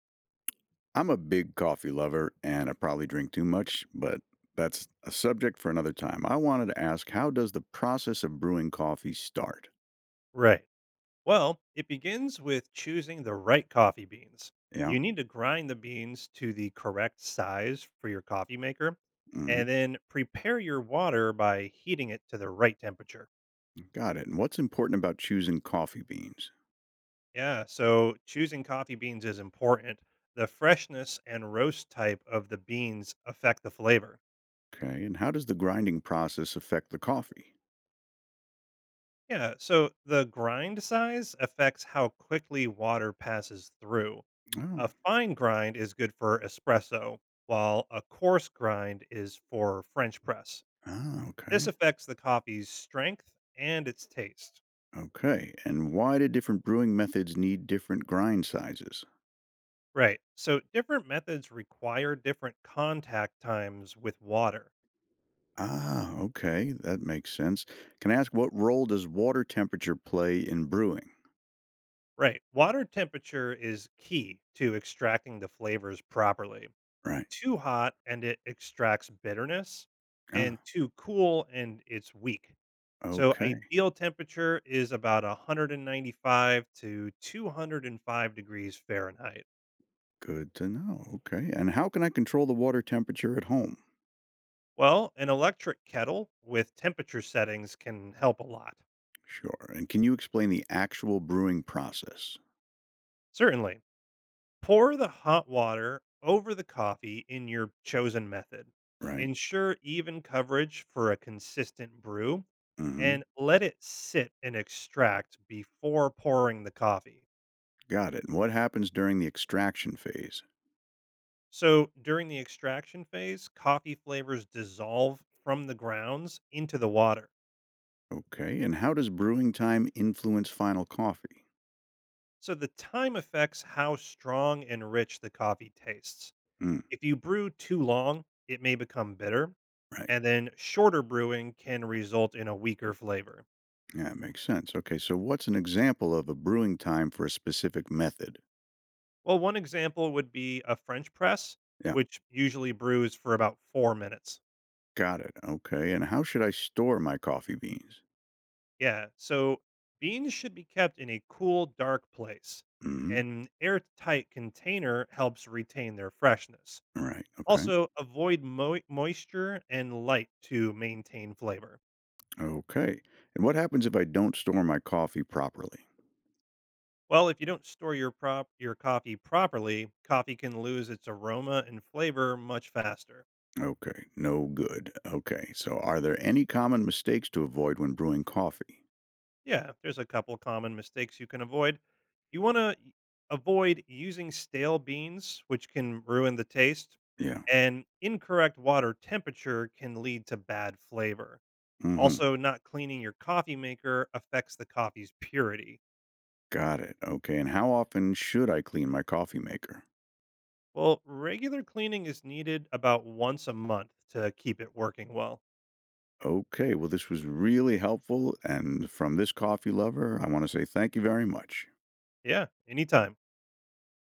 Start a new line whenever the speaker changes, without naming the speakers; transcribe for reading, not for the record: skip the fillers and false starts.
I'm a big coffee lover and I probably drink too much, but that's a subject for another time. I wanted to ask, how does the process of brewing coffee start?
Right. Well, it begins with choosing the right coffee beans.
Yeah.
You need to grind the beans to the correct size for your coffee maker
Mhm.
and then prepare your water by heating it to the right temperature.
Got it. And what's important about choosing coffee beans?
Yeah, so choosing coffee beans is important. The freshness and roast type of the beans affect the flavor.
Okay. And how does the grinding process affect the coffee?
Yeah, so the grind size affects how quickly water passes through.
Oh.
A fine grind is good for espresso, while a coarse grind is for French press.
Ah,
This
okay.
affects the coffee's strength and its taste.
Okay. And why do different brewing methods need different grind sizes?
Right. So different methods require different contact times with water.
Ah, okay. That makes sense. Can I ask, what role does water temperature play in brewing?
Right. Water temperature is key to extracting the flavors properly.
Right.
Too hot and it extracts bitterness,
Ah,
and too cool and it's weak. So
okay.
ideal temperature is about 195 to 205 degrees Fahrenheit.
Good to know. Okay. And how can I control the water temperature at home?
Well, an electric kettle with temperature settings can help a lot.
Sure. And can you explain the actual brewing process?
Certainly. Pour the hot water over the coffee in your chosen method.
Right.
Ensure even coverage for a consistent brew and
hmm
let it sit and extract before pouring the coffee.
Got it. And what happens during the extraction phase?
So, during the extraction phase, coffee flavors dissolve from the grounds into the water.
Okay. And how does brewing time influence final coffee?
So, the time affects how strong and rich the coffee tastes.
Mm,
If you brew too long, it may become bitter,
right.
and then shorter brewing can result in a weaker flavor.
Yeah, it makes sense. Okay. So what's an example of a brewing time for a specific method?
Well, one example would be a French press,
Yeah.
which usually brews for about 4 minutes.
Got it. Okay. And how should I store my coffee beans?
Yeah. So beans should be kept in a cool, dark place.
Mm-hmm.
An airtight container helps retain their freshness.
Right. Okay.
Also, avoid moisture and light to maintain flavor.
Okay. And what happens if I don't store my coffee properly?
Well, if you don't store your prop your coffee properly, coffee can lose its aroma and flavor much faster.
Okay, no good. Okay, so are there any common mistakes to avoid when brewing coffee?
Yeah, there's a couple common mistakes you can avoid. You want to avoid using stale beans, which can ruin the taste,
Yeah.
and incorrect water temperature can lead to bad flavor.
Mm-hmm.
Also, not cleaning your coffee maker affects the coffee's purity.
Got it. Okay, and how often should I clean my coffee maker?
Well, regular cleaning is needed about once a month to keep it working well.
Okay, well, this was really helpful. And from this coffee lover, I want to say thank you very much.
Yeah, anytime.